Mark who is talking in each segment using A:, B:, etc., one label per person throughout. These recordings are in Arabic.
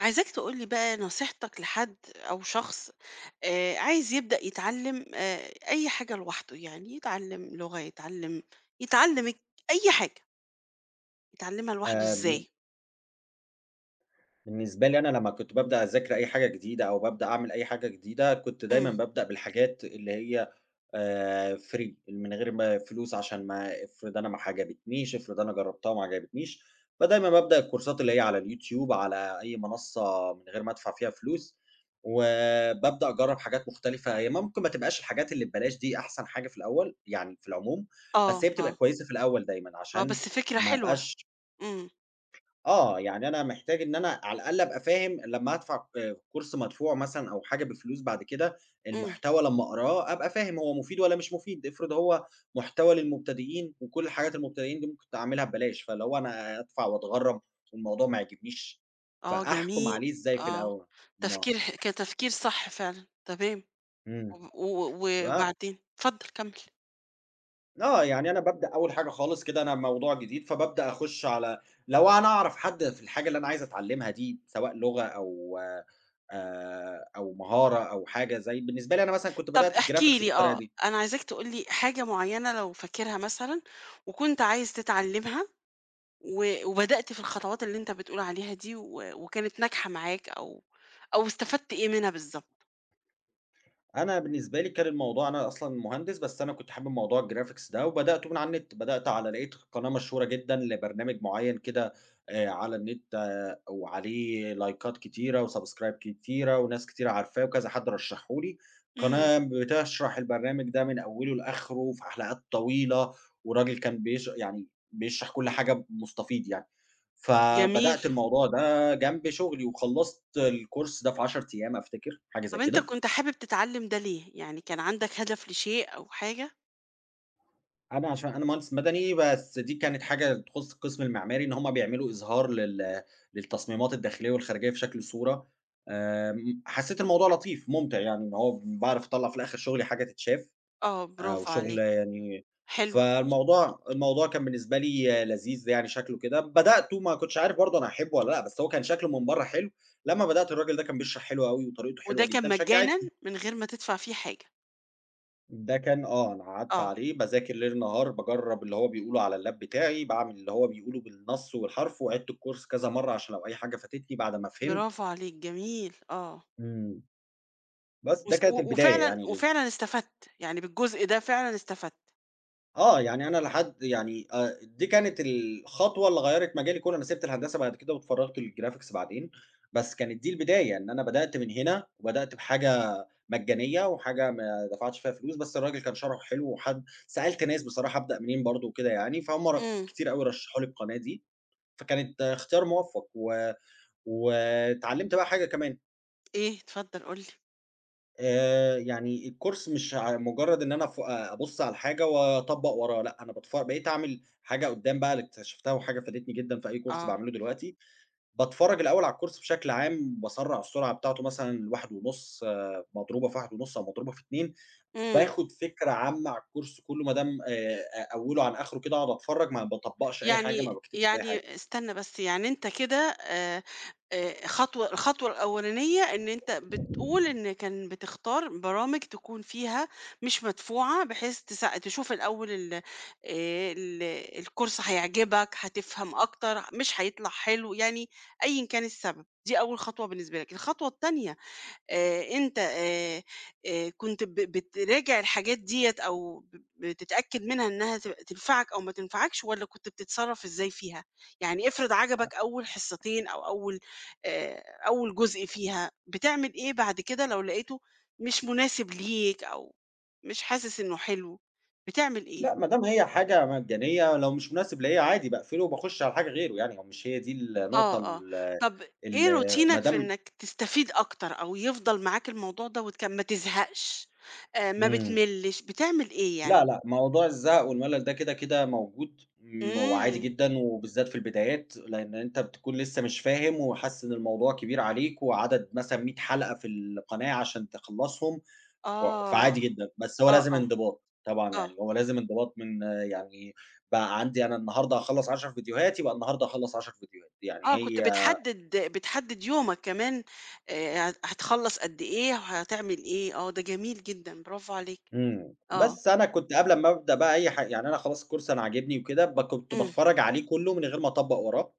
A: عايزاك تقول لي بقى نصيحتك لحد أو شخص آه، عايز يبدأ يتعلم أي حاجة لوحده يعني يتعلم لغة يتعلم يتعلم الك- أي حاجة يتعلمها لوحده
B: آآ،
A: إزاي؟
B: بالنسبة لي أنا لمّا كنت بابدأ أذاكر أي حاجة جديدة أو بابدأ أعمل أي حاجة جديدة، كنت دايمًا
A: امم
B: بابدأ بالحاجات اللي هي free من غير ما فلوس عشان ما افرض أنا ما عجبتنيش، افرض أنا جربتها وما عجبتنيش، فدايمًا بابدأ الكورسات اللي هي على اليوتيوب، على أي منصة من غير ما أدفع فيها فلوس، وبابدأ أجرب حاجات مختلفة، هي ممكن ما تبقاش الحاجات اللي ببلاش دي أحسن حاجة في الأول، يعني في العموم،
A: اه
B: بس هي
A: اه
B: بتبقى كويسة في الأول دايمًا
A: اه
B: عشان
A: بس فكرة
B: ما
A: حلوة.
B: أبقاش
A: امم
B: آه، يعني أنا محتاج إن أنا على الأقل أبقى فاهم لمّا هادفع كورس مدفوع مثلًا أو حاجة بفلوس بعد كده،
A: امم
B: المحتوى لمّا أقراه أبقى فاهم هو مفيد والّا مش مفيد، افرض هو محتوى للمبتدئين وكل حاجات المبتدئين دي ممكن تعملها ببلاش، فاللي هو أنا أدفع وأتغرّم والموضوع ما يعجبنيش،
A: اه
B: فأحكُم
A: جميل.
B: عليه إزاي في
A: اه
B: الأول؟ ما
A: تفكير كتفكير صح فعلا، تمام.
B: إمم،
A: وب- و-
B: ف
A: و- وبعدين اتفضل كمل.
B: آه، يعني أنا بابدأ أول حاجة خالص كده أنا موضوع جديد، فبابدأ أخُش على لو أنا أعرف حد في الحاجة اللي أنا عايز أتعلّمها دي، سواء لغة أو أو مهارة أو حاجة زي بالنسبة لي أنا مثلًا كنت
A: طب
B: بدأت
A: احكي
B: الgraphics
A: لي،
B: بالطريقة
A: اه،
B: دي.
A: انا عايزاك تقول لي حاجة معينة لو فاكرها مثلا وكنت عايز تتعلمها، وبدأت في الخطوات اللي أنت بتقول عليها دي، وكانت ناجحة معاك، أو أو استفدت إيه منها بالضبط؟
B: أنا بالنسبة لي كان الموضوع أنا أصلًا مهندس، بس أنا كنت حابب موضوع الgraphics ده، وبدأته من على النت، بدأت على لقيت قناة مشهورة جدًا لبرنامج معيّن كده على النت، وعليه لايكات كتيرة وsubscribe كتيرة وناس كتيرة عارفاه وكذا حد رشّحه لي،
A: إمم،
B: قناة بتشرح البرنامج ده من أوله لآخره في حلقات طويلة، والراجل كان يعني بيشرح كل حاجة مستفيض يعني.
A: جميل.
B: فبدأت الموضوع ده جنب شغلي، وخلّصت الcourse ده في 10 أيام أفتكر، حاجة
A: طَب
B: زي
A: أنت
B: كده.
A: كنت حابب تتعلم ده ليه؟ يعني كان عندك هدف لشيء أو حاجة؟
B: أنا عشان أنا مهندس مدني، بس دي كانت حاجة تخُص القسم المعماري، إن هُم بيعملوا إظهار للتصميمات الداخلية والخارجية في شكل صورة، حسّيت الموضوع لطيف، مُمتع يعني، إن هو باعرف أطلّع في الآخر شُغلي حاجة تتشاف،
A: آه، برافو
B: وشُغل
A: عليك،
B: يعني
A: حلو.
B: فالموضوع كان بالنسبة لي لذيذ يعني شكله كده، بدأته ما كنتش عارف برضه أنا هاحبه والّا لأ، بس هو كان شكله من برّه حلو، لمّا بدأت الراجل ده كان بيشرح حلو أوي وطريقته
A: وده
B: حلوة
A: كان
B: جدًا،
A: مجانًا
B: شجّعتني.
A: من غير ما تدفع فيه حاجة.
B: ده كان، أنا قعدت
A: آه،
B: عليه باذاكر ليل نهار، باجرّب اللي هو بيقوله على اللاب بتاعي، باعمل اللي هو بيقوله بالنص والحرف، وعِدت الcourse كذا مرّة عشان لو أي حاجة فاتتني بعد ما فهمت.
A: برافو عليك، جميل، آه.
B: إمم. بس ده
A: وس
B: كانت
A: و
B: البداية
A: وفعلًا
B: يعني ليه.
A: وفعلًا استفدت، يعني بالجزء ده فعلًا استفدت.
B: يعني أنا لحد يعني دي كانت الخطوة اللي غيّرت مجالي كُلّه، أنا سِبت الهندسة بعد كده واتفرّغت للGraphics بعدين، بس كانت دي البداية، إن أنا بدأت من هنا وبدأت بحاجة مجانية وحاجة ما دفعتش فيها فلوس، بس الراجل كان شرحه حلو وحد سألت ناس بصراحة أبدأ منين برضه وكده يعني، فهُم
A: إمم،
B: كتير أوي رشحوا لي القناة دي، فكانت اختيار موفّق و واتعلّمت بقى حاجة كمان.
A: إيه؟ اتفضل قُل لي.
B: يعني الكورس مش مجرد إن أنا ف آه، أبُص على الحاجة وأطبّق وراها، لأ، أنا بقيت أعمل حاجة قدّام بقى اللي اكتشفتها وحاجة فادتني جدًا في أي كورس
A: آه،
B: باعمله دلوقتي، باتفرّج الأول على الكورس بشكل عام، باسرّع السرعة بتاعته مثلًا ل1.5 مضروبة في 1.5 أو مضروبة في 2،
A: إمم.
B: باخد فكرة عامة على الكورس كلّه ما دام أ أوله عن آخره كده أقعد أتفرّج، ما باطبّقش أي حاجة، ما
A: يعني
B: باكتبش أي حاجة.
A: يعني استنى بس، يعني أنت كده، آآ خطوة الخطوة الأولانية إن أنت بتقول إن كان بتختار برامج تكون فيها مش مدفوعة، بحيث تشوف الأول ال الكورس هيعجبك، هتفهم أكتر، مش هيطلع حلو، يعني أيًا كان السبب، دي أول خطوة بالنسبة لك. الخطوة التانية، أنت، كنت بتراجع الحاجات ديّة، أو بتتأكد منها إنها تنفعك أو ما تنفعكش، والّا كنت بتتصرّف إزاي فيها؟ يعني افرض عجبك أول حصتين أو أول، أول جزء فيها، بتعمل إيه بعد كده لو لقيته مش مناسب ليك، أو مش حاسس إنه حلو، بتعمل إيه؟
B: لأ، ما دام هي حاجة مجانية لو مش مناسب ليّا عادي باقفله وباخش على حاجة غيره يعني، هو مش هي دي النقطة
A: آه، آه.
B: ال
A: طب إيه
B: ال ما
A: روتينك في
B: دام
A: إنك تستفيد أكتر أو يفضل معاك الموضوع دوّة، كان ما تزهقش، ما
B: إمم،
A: بتملّش، بتعمل إيه
B: لا،
A: يعني؟
B: لأ، موضوع الزهق والملل ده كده موجود، وعادي
A: إمم،
B: جدًا وبالذات في البدايات، لأن أنت بتكون لسه مش فاهم وحاسس إن الموضوع كبير عليك وعدد مثلًا 100 حلقة في القناة عشان تخلّصهم.
A: آه،
B: فعادي جدًا، بس هو
A: آه،
B: لازم
A: آه،
B: انضباط، طبعًا
A: آه،
B: يعني هو لازم انضباط من آه، يعني بقى عندي أنا النهارده هاخلّص 10 فيديوهات، يبقى النهارده هاخلّص 10 فيديوهات، يعني
A: آه، كنت
B: هي
A: بتحدد يومك كمان، هتخلّص قد إيه وهتعمل إيه، آه، ده جميل جدًا، برافو عليك،
B: إمم،
A: آه،
B: بس أنا كنت قبل أمّا أبدأ بقى أي ح يعني أنا خلاص الcourse أنا عاجبني وكده، كنت
A: إمم،
B: باتفرّج عليه كلّه من غير ما أطبّق وراه.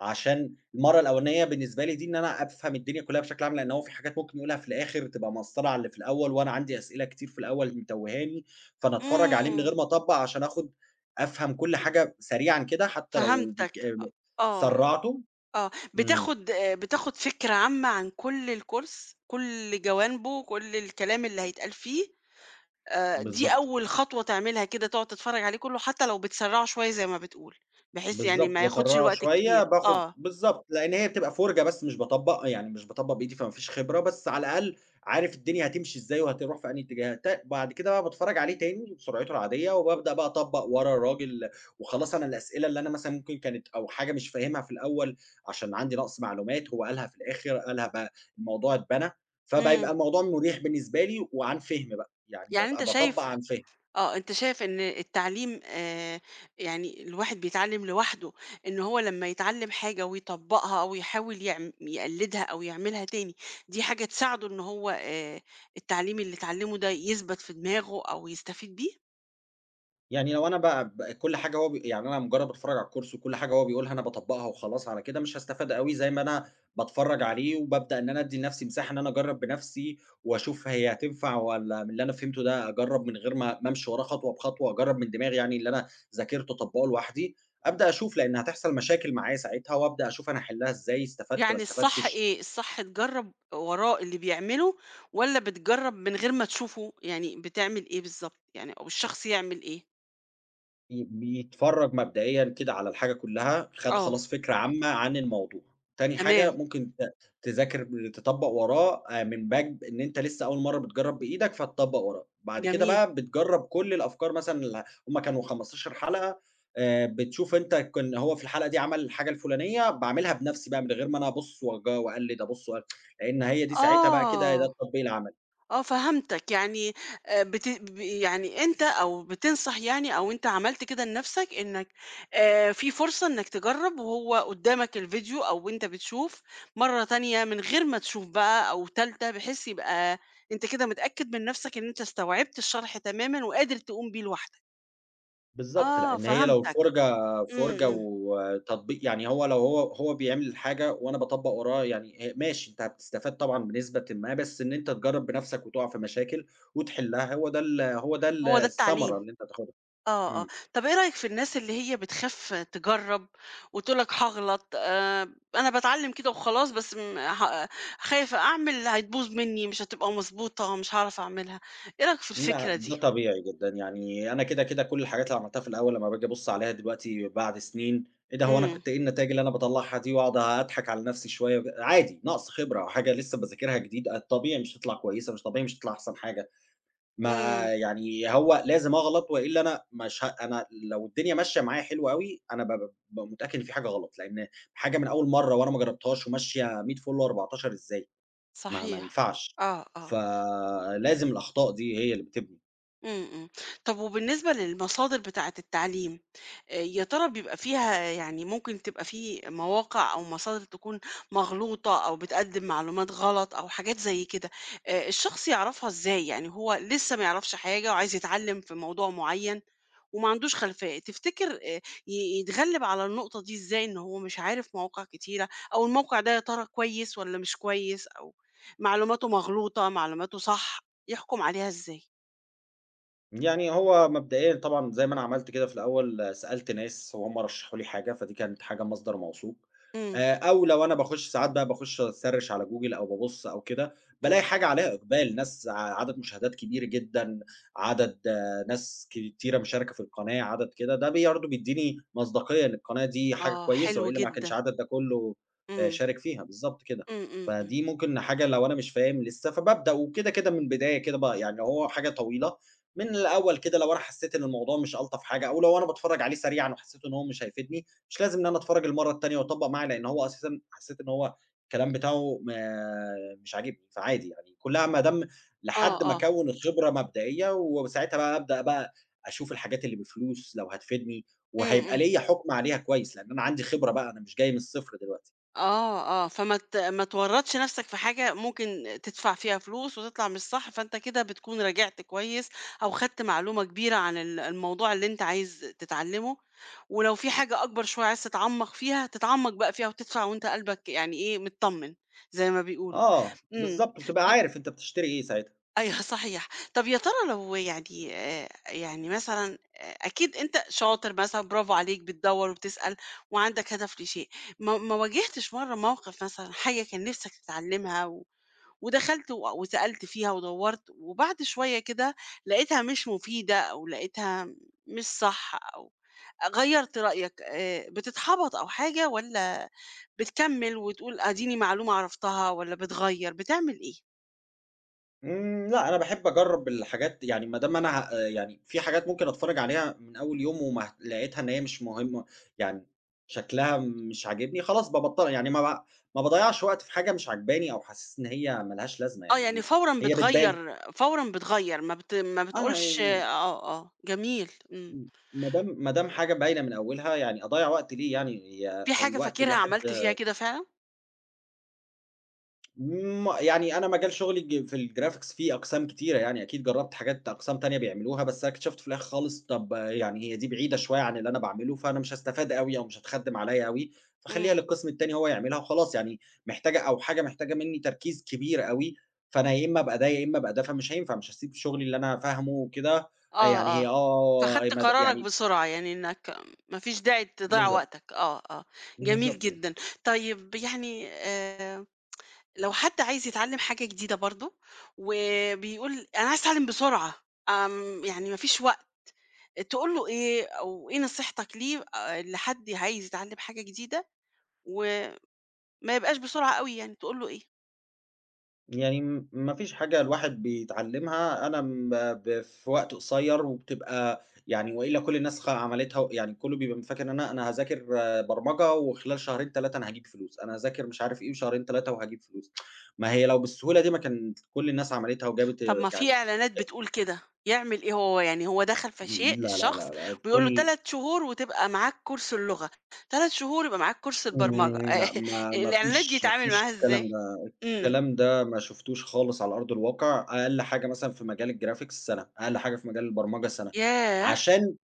B: عشان المَرّة الأولانية بالنسبة لي دي إن أنا أفهم الدنيا كلّها بشكل عام، لإن هو في حاجات ممكن يقولها في الآخر تبقى مأثّرة على اللي في الأول، وأنا عندي أسئلة كتير في الأول متوهّاني، فأنا أتفرّج عليه من
A: إمم،
B: غير ما أطبّق عشان أفهم كل حاجة سريعًا كده حتى لو بيك
A: فهمتك، آه،
B: سرّعته
A: آه،
B: إمم،
A: بتاخد آه، بتاخد فكرة عامة عن كل الcourse، كل جوانبه، كل الكلام اللي هيتقال فيه، دي
B: بالضبط.
A: أول خطوة تعملها، كده تقعد تتفرّج عليه كلّه حتى لو بتسرّعه شوية زي ما بتقول، بحيث يعني
B: بالضبط،
A: ما ياخدش
B: باسرّعها
A: الوقت
B: شوية،
A: الكبير،
B: باخد
A: آه،
B: بالضبط، لإن هي بتبقى فُرجة بس مش باطبّق، يعني مش باطبّق بإيدي فما فيش خبرة، بس على الأقل عارف الدنيا هتمشي إزاي وهتروح في أنهي اتجاه، بعد كده بقى باتفرّج عليه تاني بسرعته العادية وبابدأ بقى أطبّق ورا الراجل، وخلاص أنا الأسئلة اللي أنا مثلًا ممكن كانت أو حاجة مش فاهمها في الأول عشان عندي نقص معلومات، هو قالها في الآخر، قالها بقى الموضوع اتبنى،
A: إمم.
B: فبيبقى الموضوع مُريح بالنسبة لي وعن فِهْم بقى، يعني
A: يعني أنت
B: بابقى باطبّق
A: شايف،
B: عن فِهْم.
A: آه، أنت شايف إن التعليم، يعني الواحد بيتعلّم لوحده، إن هو لمّا يتعلّم حاجة ويطبّقها، أو يحاول يقلّدها أو يعملها تاني، دي حاجة تساعده إن هو، التعليم اللي اتعلّمه ده يثبت في دماغه أو يستفيد بيه؟
B: يعني لو أنا ب ب كل حاجة هو ب يعني أنا مجرّد باتفرّج على الكورس وكل حاجة هو بيقولها أنا باطبّقها وخلاص على كده، مش هاستفاد أوي زي ما أنا باتفرّج عليه وبابدأ إن أنا أدّي لنَفْسي مساحة إن أنا أجرّب بنَفْسي وأشوف هي هتنفع والّا من اللي أنا فهمته ده أجرّب من غير ما أمشي وراه خطوة بخطوة، أجرّب من دماغي يعني اللي أنا ذاكرته أطبّقه لوحدي، أبدأ أشوف لإن هتحصل مشاكل معايا ساعتها وأبدأ أشوف أنا هاحلّها إزاي، استفدت ما
A: يعني الصح
B: استفدتش،
A: إيه، الصح تجرّب وراه اللي بيعمله، والّا بتجرّب من غير ما تشوفه، يعني بتعمل إيه بالضبط، يعني أو الشخص يعمل إيه؟
B: بيتفرّج مبدئيًا كده على الحاجة كلّها،
A: آه،
B: خلاص فكرة عامة عن الموضوع. تاني حاجة
A: تمام،
B: ممكن ت تذاكر تطبّق وراه من باب إن أنت لسه أول مرّة بتجرّب بإيدك، فتطبّق وراه. بعد كده
A: جميل،
B: بقى بتجرّب كل الأفكار مثلًا هم كانوا 15 حلقة، بتشوف أنت كان هو في الحلقة دي عمل الحاجة الفُلانية، باعملها بنَفْسي بقى من غير ما أنا أبُص وأج وأقلِّد، أبُص وأ لإن هي دي ساعتها بقى كده ده
A: آه.
B: التطبيق العملي.
A: آه فهمتك، يعني، بت ب يعني أنت، أو بتنصح يعني، أو أنت عملت كده لنفسك إنك، في فرصة إنك تجرّب وهو قدّامك الفيديو، أو أنت بتشوف مرّة تانية من غير ما تشوف بقى، أو تالتة، بحيث يبقى أنت كده متأكد من نفسك إن أنت استوعبت الشرح تمامًا وقادر تقوم بيه لوحدك.
B: بالضبط،
A: آه
B: لإن هي لو
A: فهمتك،
B: فرجة
A: إمم،
B: فرجة
A: إمم،
B: وتطبيق يعني هو لو هو هو بيعمل الحاجة وأنا باطبّق وراه يعني هي ماشي أنت هتستفاد طبعًا بنسبةٍ ما، بس إن أنت تجرّب بنَفْسك وتُقع في مشاكل وتحلّها هو ده
A: هو ده
B: الثمرة
A: التعليم.
B: اللي أنت هتاخدها.
A: آه، آه.
B: إمم.
A: طَب إيه رأيك في الناس اللي هي بتخاف تجرّب وتقول لك هاغلط، أنا باتعلّم كده وخلاص، بس م ه خايفة أعمل هتبوظ منّي، مش هتبقى مضبوطة، مش هاعرف أعملها، إيه رأيك في
B: ما
A: الفكرة
B: ده
A: دي؟
B: طبيعي جدًا، يعني أنا كده كل الحاجات اللي عملتها في الأول لمّا باجي أبُص عليها دلوقتي بعد سنين، إيه ده هو أنا
A: إمم،
B: كنت إيه النتايج اللي أنا باطلّعها دي وأقعد أضحك على نَفْسي شوية عادي، نَقْص خبرة أو حاجة لسه باذاكرها جديد، الطبيعي مش تطلع كويسة، مش طبيعي مش تطلع أحسن حاجة. ما
A: إمم،
B: يعني هو لازم أغلط وإلا أنا مش ه أنا لو الدنيا ماشية معايا حلو أوي، أنا بابقى متأكد إن في حاجة غلط، لإن حاجة من أول مرّة وأنا ما جربتهاش وماشية 100 فُل و14 إزاي؟ ما
A: صحيح،
B: ينفعش،
A: آه، آه،
B: فلازم الأخطاء دي هي اللي بتبني.
A: إمم، إمم. طَب وبالنسبة للمصادر بتاعة التعليم، يا ترى بيبقى فيها يعني، ممكن تبقى في مواقع أو مصادر تكون مغلوطة، أو بتقدّم معلومات غلط أو حاجات زي كده، الشخص يعرفها إزاي؟ يعني هو لسه ما يعرفش حاجة وعايز يتعلّم في موضوع معيّن، وما عندوش خلفية، تفتكر، ي يتغلّب على النقطة دي إزاي؟ إن هو مش عارف مواقع كتيرة، أو الموقع ده يا ترى كويس والّا مش كويس، أو معلوماته مغلوطة، معلوماته صح، يحكُم عليها إزاي؟
B: يعني هو مبدئيًا طبعًا زي ما أنا عملت كده في الأول سألت ناس وهُم رشحوا لي حاجة، فدي كانت حاجة مصدر موثوق،
A: إمم،
B: أو لو أنا باخش ساعات بقى باخش أسرِّش على جوجل أو بابُص أو كده، بالاقي
A: إمم،
B: حاجة عليها إقبال، ناس ع عدد مشاهدات كبير جدًا، عدد آه، ناس كتيرة مشاركة في القناة، عدد كده، ده بي برضه بيدّيني مصداقية إن القناة دي حاجة
A: آه،
B: كويسة،
A: حلو
B: وإلا ما كانش
A: جدًا،
B: العدد ده كُلّه
A: إمم،
B: شارك فيها، بالضبط كده.
A: إمم، إمم، إمم،
B: فدي ممكن حاجة لو أنا مش فاهم لسه، فبابدأ وكده، كده من البداية كده ب يعني هو حاجة طويلة من الأول كده لو أنا حسيت إن الموضوع مش ألطف حاجة، أو لو أنا باتفرّج عليه سريعًا وحسيت إن هو مش هيفيدني، مش لازم إن أنا أتفرّج المرّة التانية وأطبّق معاه، لإن هو أساسًا حسيت إن هو الكلام بتاعه ما مش عاجبني، فعادي يعني كلّها ما دام
A: آه،
B: لحد ما
A: آه.
B: أكوّن الخبرة مبدئية، وساعتها بقى أبدأ بقى أشوف الحاجات اللي بفلوس لو هتفيدني،
A: إمم،
B: وهيبقى
A: إمم.
B: ليّا حُكم عليها كويس، لإن أنا عندي خبرة بقى، أنا مش جاي من الصفر دلوقتي.
A: آه، آه، فما ت ما تورّطش نَفْسك في حاجة ممكن تدفع فيها فلوس وتطلع مش صح، فأنت كده بتكون راجعت كويس أو خدت معلومة كبيرة عن الموضوع اللي أنت عايز تتعلّمه، ولو في حاجة أكبر شوية عايز تتعمّق فيها، تتعمّق بقى فيها وتدفع وأنت قلبك يعني إيه، متطمن زي ما بيقولوا.
B: آه،
A: إمم.
B: بالضبط، بتبقى عارف أنت بتشتري إيه ساعتها.
A: أيوه صحيح. طب يا ترى لو يعني، يعني مثلًا، أكيد أنت شاطر مثلًا، برافو عليك، بتدوّر وبتسأل وعندك هدف لشيء، ما واجهتش مرّة موقف مثلًا حاجة كان نِفْسك تتعلّمها، ودخلت، وسألت فيها ودوّرت، وبعد شوية كده لقيتها مش مفيدة، أو لقيتها مش صح، أو غيّرت رأيك، بتتحبط أو حاجة، والّا بتكمّل وتقول أديني معلومة عرفتها، والّا بتغيّر، بتعمل إيه؟
B: إمم، لأ أنا باحب أجرّب الحاجات يعني ما دام أنا ه آه، يعني في حاجات ممكن أتفرّج عليها من أول يوم وما ه لقيتها إن هي مش مهمة، يعني شكلها مش عاجبني خلاص بابطّلها، يعني ما باضيّعش وقت في حاجة مش عاجباني أو حاسس إن هي ما لهاش لازمة،
A: آه، يعني
B: يعني
A: فورًا
B: هي بتبان
A: بتغيّر، فورًا بتغيّر، ما بت ما
B: آه،
A: بتقولش آه،
B: يعني
A: آه، جميل، إمم.
B: م ما دام حاجة باينة من أولها يعني أضيّع وقت ليه يعني هي
A: في
B: ح
A: حاجة
B: الوقت
A: فاكرها
B: الواحد
A: عملت فيها كده فعلًا؟
B: يعني أنا مجال شغلي في الgraphics فيه أقسام كتيرة يعني، أكيد جرّبت حاجات أقسام تانية بيعملوها، بس أنا اكتشفت في الآخر خالص طَب يعني هي دي بعيدة شوية عن اللي أنا باعمله، فأنا مش هاستفاد أوي أو مش هتخدِّم عليّا أوي، فاخلّيها
A: إمم.
B: للقسم التاني هو يعملها وخلاص، يعني محتاجة أو حاجة محتاجة منّي تركيز كبير أوي، فأنا يا إمّا أبقى ده يا إمّا أبقى ده، فمش هينفع، مش هاسيب شغلي اللي أنا فاهمه وكده، آه، يعني
A: آه،
B: هي
A: آه.
B: آه
A: فخدت
B: مد
A: قرارك
B: يعني
A: بسرعة، يعني إنك ما فيش داعي تضيّع
B: بالضبط،
A: وقتك، آه، آه، جميل
B: بالضبط.
A: جدًا. طيب يعني، لو حد عايز يتعلّم حاجة جديدة برضه، وبيقول أنا عايز أتعلّم بسرعة، آمم، يعني ما فيش وقت، تقول له إيه؟ أو إيه نصيحتك ليه، لحد عايز يتعلّم حاجة جديدة و ما يبقاش بسرعة أوي يعني، تقول له إيه؟
B: يعني ما فيش حاجة الواحد بيتعلّمها أنا م ب في وقت قصيّر وبتبقى يعني وإلا كل الناس عملتها و يعني كُلّه بيبقى فاكر إن أنا هاذاكر برمجة وخلال شهرين 3 أنا هاجيب فلوس، أنا هاذاكر مش عارف إيه وشهرين 3 وهاجيب فلوس. ما هي لو بالسهولة دي ما كانت كل الناس عملتها وجابت
A: طب ما في
B: يعني
A: إعلانات
B: أ
A: بتقول كده، يعمل إيه هو؟ يعني هو دخل في شيء
B: لا، لا، لا،
A: الشخص
B: لا،
A: وبيقول له
B: كل
A: 3 شهور وتبقى معاك كورس اللغة، 3 شهور يبقى معاك كورس البرمجة،
B: إمم، لأ ما ما
A: الإعلانات دي
B: فيش ما
A: يتعامل
B: فيش
A: معاها
B: الكلام
A: إزاي؟
B: ده.
A: إمم،
B: الكلام ده ما شُفتوش خالص على أرض الواقع، أقل حاجة مثلًا في مجال الgraphics سَنة، أقل حاجة في مجال البرمجة سَنة،
A: ياه!
B: عشان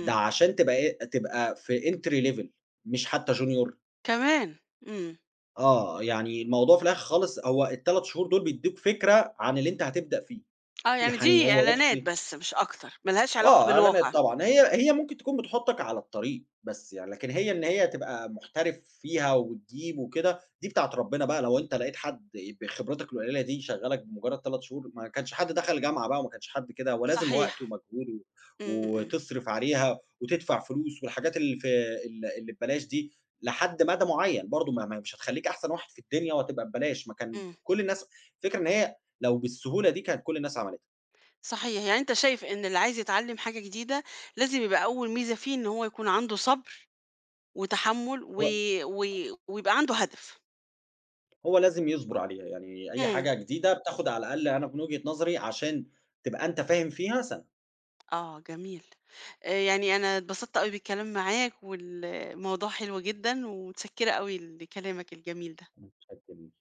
B: عشان تبقى إيه، تبقى في entry level مش حتى junior
A: كمان! إمم،
B: يعني الموضوع في الآخر خالص هو ال3 شهور دول بيدّوك فكرة عن اللي أنت هتبدأ فيه،
A: آه يعني
B: يعني
A: دي
B: هو بس
A: إعلانات بس مش أكتر، ما لهاش علاقة
B: إعلانات
A: بالواقع،
B: طبعًا، هي ممكن تكون بتحُطّك على الطريق بس يعني، لكن هي إن هي تبقى محترف فيها وتجيب وكده، دي بتاعة ربنا بقى، لو أنت لقيت حد بخبرتك القليلة دي يشغّلك بمجرد 3 شهور، ما كانش حد دخل جامعة بقى وما كانش حد كده، هو لازم
A: صحيح،
B: وقت ومجهود
A: إمم، إمم،
B: وتصرف عليها وتدفع فلوس والحاجات اللي في اللي ببلاش دي لحد مدى معيّن، برضه ما ما مش هتخلّيك أحسن واحد في الدنيا وهتبقى ببلاش، ما كان
A: إمم،
B: كل الناس الفكرة إن هي لو بالسهولة دي كانت كل الناس عملتها.
A: صحيح، يعني أنت شايف إن اللي عايز يتعلم حاجة جديدة لازم يبقى أول ميزة فيه إن هو يكون عنده صبر وتحمُّل
B: هو
A: و ويبقى عنده هدف.
B: هو لازم يصبر عليها، يعني أي
A: إمم.
B: حاجة جديدة بتاخد على الأقل أنا من وجهة نظري عشان تبقى أنت فاهم فيها سَنة.
A: آه جميل. يعني أنا اتبسطت أوي بالكلام معاك والموضوع حلو جدًا، ومتشكّرة أوي لكلامك الجميل ده.
B: أنا متأكد